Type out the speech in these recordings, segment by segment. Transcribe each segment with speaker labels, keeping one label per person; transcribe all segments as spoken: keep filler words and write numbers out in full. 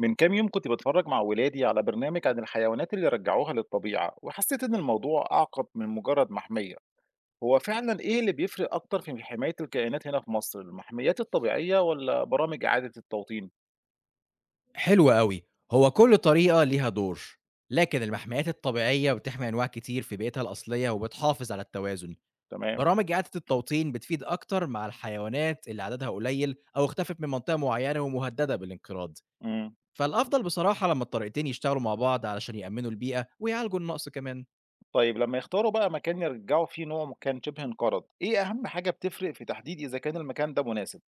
Speaker 1: من كام يوم كنت بتفرج مع ولادي على برنامج عن الحيوانات اللي رجعوها للطبيعة وحسيت إن الموضوع أعقد من مجرد محمية. هو فعلا إيه اللي بيفرق أكتر في حماية الكائنات هنا في مصر، المحميات الطبيعية ولا برامج إعادة التوطين؟
Speaker 2: حلو أوي. هو كل طريقة ليها دور، لكن المحميات الطبيعية بتحمي أنواع كتير في بيئتها الأصلية وبتحافظ على التوازن.
Speaker 1: تمام.
Speaker 2: برامج إعادة التوطين بتفيد أكتر مع الحيوانات اللي عددها قليل أو اختفت من منطقة معينة ومهددة بالانقراض.
Speaker 1: مم.
Speaker 2: فالأفضل بصراحة لما الطريقتين يشتغلوا مع بعض علشان يأمنوا البيئة ويعالجوا النقص كمان.
Speaker 1: طيب لما يختاروا بقى مكان يرجعوا فيه نوع كان شبه انقرض، إيه أهم حاجة بتفرق في تحديد إذا كان المكان ده مناسب؟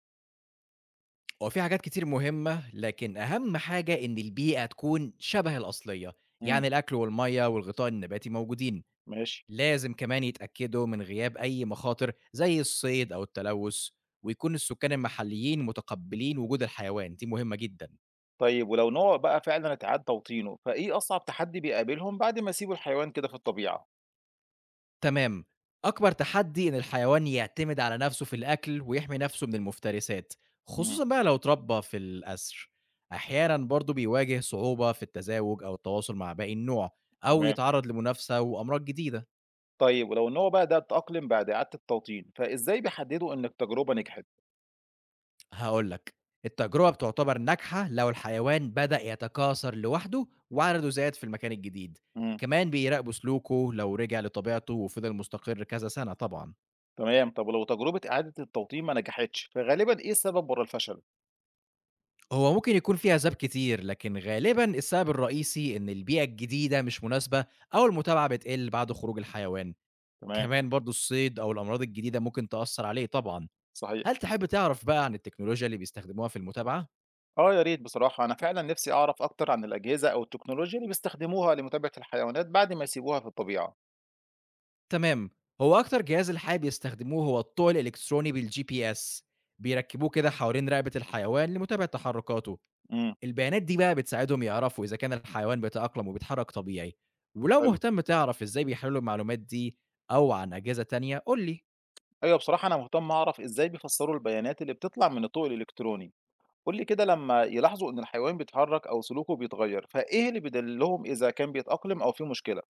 Speaker 2: هو في حاجات كتير مهمة، لكن أهم حاجة إن البيئة تكون شبه الأصلية،
Speaker 1: مم.
Speaker 2: يعني الأكل والمية والغطاء النباتي موجودين.
Speaker 1: ماشي.
Speaker 2: لازم كمان يتأكدوا من غياب أي مخاطر زي الصيد أو التلوث، ويكون السكان المحليين متقبلين وجود الحيوان دي مهمة جدا.
Speaker 1: طيب ولو نوع بقى فعلا اتعاد توطينه، فإيه أصعب تحدي بيقابلهم بعد ما يسيبوا الحيوان كده في الطبيعة؟
Speaker 2: تمام. أكبر تحدي إن الحيوان يعتمد على نفسه في الأكل ويحمي نفسه من المفترسات،
Speaker 1: مم.
Speaker 2: خصوصا بقى لو اتربى في الأسر. أحيانا برضه بيواجه صعوبة في التزاوج أو التواصل مع باقي النوع أو
Speaker 1: تمام.
Speaker 2: يتعرض لمنافسة وأمراض جديدة.
Speaker 1: طيب ولو إن هو بقى ده اتأقلم بعد إعادة التوطين، فإزاي بيحددوا إن التجربة نجحت؟
Speaker 2: هاقول لك، التجربة بتُعتبر ناجحة لو الحيوان بدأ يتكاثر لوحده وعدده زاد في المكان الجديد،
Speaker 1: إمم،
Speaker 2: كمان بيراقبوا سلوكه لو رجع لطبيعته وفضل مستقر كذا سنة طبعًا.
Speaker 1: تمام، طب ولو تجربة إعادة التوطين ما نجحتش، فغالبًا إيه السبب ورا الفشل؟
Speaker 2: هو ممكن يكون في أسباب كتير، لكن غالبًا السبب الرئيسي إن البيئة الجديدة مش مناسبة أو المتابعة بتقل بعد خروج الحيوان،
Speaker 1: تمام،
Speaker 2: كمان برضه الصيد أو الأمراض الجديدة ممكن تأثّر عليه طبعًا.
Speaker 1: صحيح.
Speaker 2: هل تحب تعرف بقى عن التكنولوجيا اللي بيستخدموها في المتابعة؟
Speaker 1: آه يا ريت بصراحة، أنا فعلًا نفسي أعرف أكتر عن الأجهزة أو التكنولوجيا اللي بيستخدموها لمتابعة الحيوانات بعد ما يسيبوها في الطبيعة.
Speaker 2: تمام. هو أكتر جهاز الحقيقة بيستخدموه هو الطوق الإلكتروني بالجي بي إس، بيركبوه كده حوالين رقبة الحيوان لمتابعة تحركاته.
Speaker 1: إمم،
Speaker 2: البيانات دي بقى بتساعدهم يعرفوا إذا كان الحيوان بيتأقلم وبيتحرك طبيعي، ولو
Speaker 1: حلو.
Speaker 2: مهتم تعرف إزاي بيحللوا المعلومات دي أو عن أجهزة تانية قُل لي.
Speaker 1: أيوه بصراحة أنا مهتم أعرف إزاي بيفسروا البيانات اللي بتطلع من الطوق الإلكتروني. قُل لي كده لمّا يلاحظوا إن الحيوان بيتحرك أو سلوكه بيتغير، فإيه اللي بيدللهم إذا كان بيتأقلم أو في مشكلة؟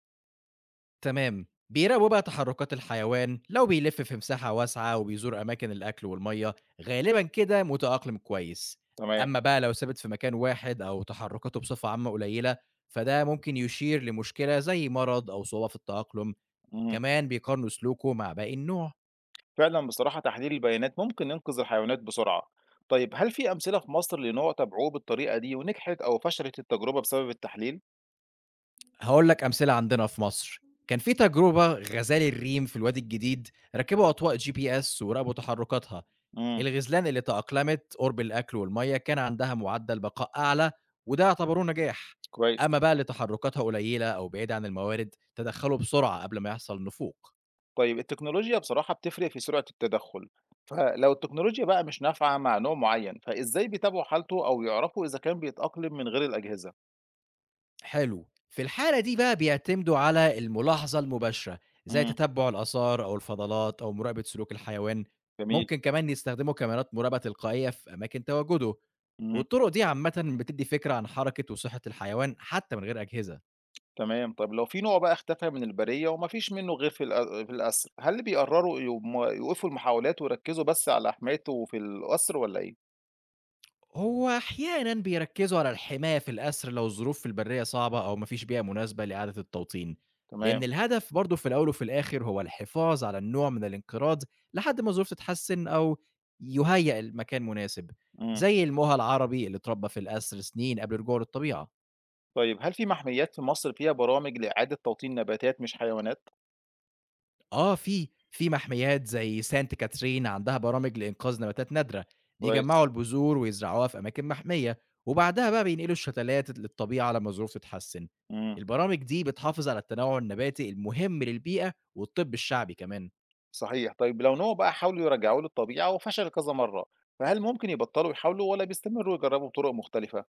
Speaker 2: تمام. بيراقبوا بقى تحركات الحيوان، لو بيلف في مساحة واسعة وبيزور أماكن الأكل والمَيّة، غالبًا كده متأقلم كويس.
Speaker 1: تمام،
Speaker 2: أمّا بقى لو ثابت في مكان واحد أو تحركاته بصفة عامة قليلة، فده ممكن يشير لمشكلة زي مرض أو صعوبة في التأقلم،
Speaker 1: إمم.
Speaker 2: كمان بيقارنوا سلوكه مع باقي النوع.
Speaker 1: فعلا بصراحة تحليل البيانات ممكن ينقذ الحيوانات بسرعة. طيب هل في أمثلة في مصر لنوع تبعوه بالطريقة دي ونجحت أو فشلت التجربة بسبب التحليل؟
Speaker 2: هاقول لك أمثلة عندنا في مصر. كان في تجربة غزال الريم في الوادي الجديد، ركبوا أطواق جي بي إس وراقبوا تحركاتها،
Speaker 1: امم.
Speaker 2: الغزلان اللي تأقلمت قرب الأكل والمَيّة كان عندها معدل بقاء أعلى وده اعتبروه نجاح.
Speaker 1: كويس.
Speaker 2: أما بقى اللي تحركاتها قليلة أو بعيدة عن الموارد تدخلوا بسرعة قبل ما يحصل نفوق.
Speaker 1: طيب التكنولوجيا بصراحة بتفرق في سرعة التدخل. فلو التكنولوجيا بقى مش نافعة مع نوع معين، فإزاي بيتابعوا حالته أو يعرفوا إذا كان بيتأقلم من غير الأجهزة؟
Speaker 2: حلو. في الحالة دي بقى بيعتمدوا على الملاحظة المباشرة، زي
Speaker 1: امم.
Speaker 2: تتبع الآثار أو الفضلات أو مراقبة سلوك الحيوان،
Speaker 1: جميل.
Speaker 2: ممكن كمان يستخدموا كاميرات مراقبة تلقائية في أماكن تواجده،
Speaker 1: امم.
Speaker 2: والطرق دي عامةً بتدّي فكرة عن حركة وصحة الحيوان حتى من غير أجهزة.
Speaker 1: تمام. طيب لو في نوع بقى اختفى من البرية ومفيش منه غير في الأ- في الأسر، هل بيقرروا يقوم- يوقفوا المحاولات ويركزوا بس على حمايته في الأسر ولا إيه؟
Speaker 2: هو أحيانًا بيركّزوا على الحماية في الأسر لو الظروف في البرية صعبة أو ما فيش بيئة مناسبة لإعادة التوطين، لإن
Speaker 1: تمام،
Speaker 2: الهدف برضه في الأول وفي الآخر هو الحفاظ على النوع من الانقراض لحد ما الظروف تتحسن أو يُهيأ المكان مناسب،
Speaker 1: إمم.
Speaker 2: زي المُهَى العربي اللي اتربى في الأسر سنين قبل رجوعه للطبيعة.
Speaker 1: طيب هل في محميّات في مصر فيها برامج لإعادة توطين نباتات مش حيوانات؟
Speaker 2: آه، في، في محميات زي سانت كاترين عندها برامج لإنقاذ نباتات نادرة،
Speaker 1: كويس،
Speaker 2: بيجمّعوا البذور ويزرعوها في أماكن محمية، وبعدها بقى بينقلوا الشتلات للطبيعة لمّا الظروف تتحسن.
Speaker 1: إمم،
Speaker 2: البرامج دي بتحافظ على التنوع النباتي المهم للبيئة والطب الشعبي كمان.
Speaker 1: صحيح. طيب لو نوع بقى حاولوا يرجعوه للطبيعة وفشل كذا مرّة، فهل ممكن يبطّلوا يحاولوا والّا بيستمروا يجرّبوا بطُرق مختلفة؟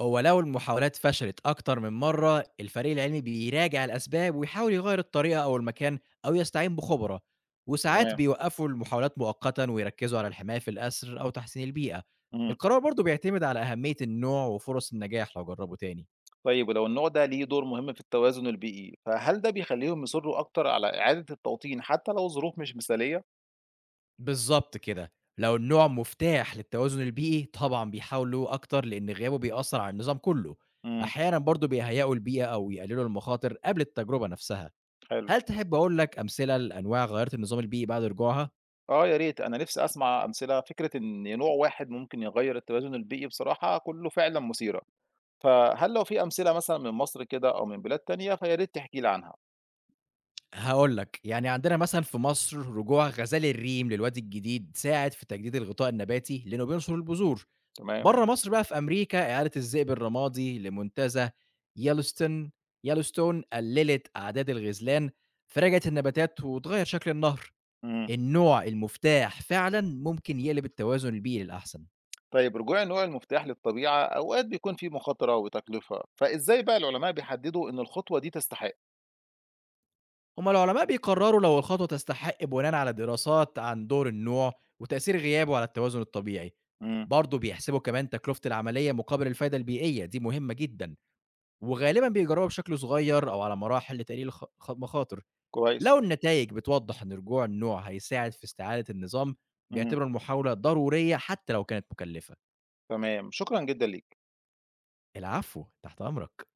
Speaker 2: هو لو المحاولات فشلت أكتر من مرة الفريق العلمي بيراجع الأسباب ويحاول يغير الطريقة أو المكان أو يستعين بخبرة، وساعات
Speaker 1: تمام،
Speaker 2: بيوقفوا المحاولات مؤقتا ويركزوا على الحماية في الأسر أو تحسين البيئة.
Speaker 1: إمم.
Speaker 2: القرار برضه بيعتمد على أهمية النوع وفرص النجاح لو جربوا تاني.
Speaker 1: طيب ولو النوع ده ليه دور مهم في التوازن البيئي، فهل ده بيخلّيهم يصرّوا أكتر على إعادة التوطين حتى لو الظروف مش مثالية؟
Speaker 2: بالظبط كده. لو النوع مفتاح للتوازن البيئي طبعا بيحاولوا أكتر لأن غيابه بيأثر على النظام كله.
Speaker 1: إمم،
Speaker 2: أحيانا برضه بيهيئوا البيئة أو يقللوا المخاطر قبل التجربة نفسها.
Speaker 1: حلو.
Speaker 2: هل تحب أقول لك أمثلة لأنواع غيّرت النظام البيئي بعد رجوعها؟
Speaker 1: آه يا ريت، أنا نِفْسي أسمع أمثلة. فكرة إن نوع واحد ممكن يغيّر التوازن البيئي بصراحة كُلّه فعلًا مثيرة. فهل لو في أمثلة مثلًا من مصر كده أو من بلاد تانية، فيا ريت تحكي لي عنها،
Speaker 2: هاقول لك، يعني عندنا مثلًا في مصر رجوع غزال الريم للوادي الجديد ساعد في تجديد الغطاء النباتي لأنه بينشر البذور.
Speaker 1: تمام،
Speaker 2: برّه مصر بقى في أمريكا إعادة الذئب الرمادي لمنتزه يلوستن يلوستون قلّلت أعداد الغزلان، فرجعت النباتات واتغيّر شكل النهر.
Speaker 1: إمم،
Speaker 2: النوع المفتاح فعلًا ممكن يقلب التوازن البيئي للأحسن.
Speaker 1: طيب رجوع النوع المفتاح للطبيعة أوقات بيكون في مخاطرة وتكلفة، فإزاي بقى العلماء بيحددوا إن الخطوة دي تستحق؟
Speaker 2: هُم العلماء بيقرروا لو الخطوة تستحق بناءً على دراسات عن دور النوع وتأثير غيابه على التوازن الطبيعي،
Speaker 1: إمم،
Speaker 2: برضه بيحسبوا كمان تكلفة العملية مقابل الفايدة البيئية، دي مهمة جدًا، وغالبًا بيجربوها بشكل صغير أو على مراحل لتقليل الخ خ مخاطر.
Speaker 1: كويس،
Speaker 2: لو النتايج بتوضح إن رجوع النوع هيساعد في استعادة النظام،
Speaker 1: اهم،
Speaker 2: بيعتبروا المحاولة ضرورية حتى لو كانت مكلفة.
Speaker 1: تمام، شكرًا جدًا ليك.
Speaker 2: العفو، تحت أمرك.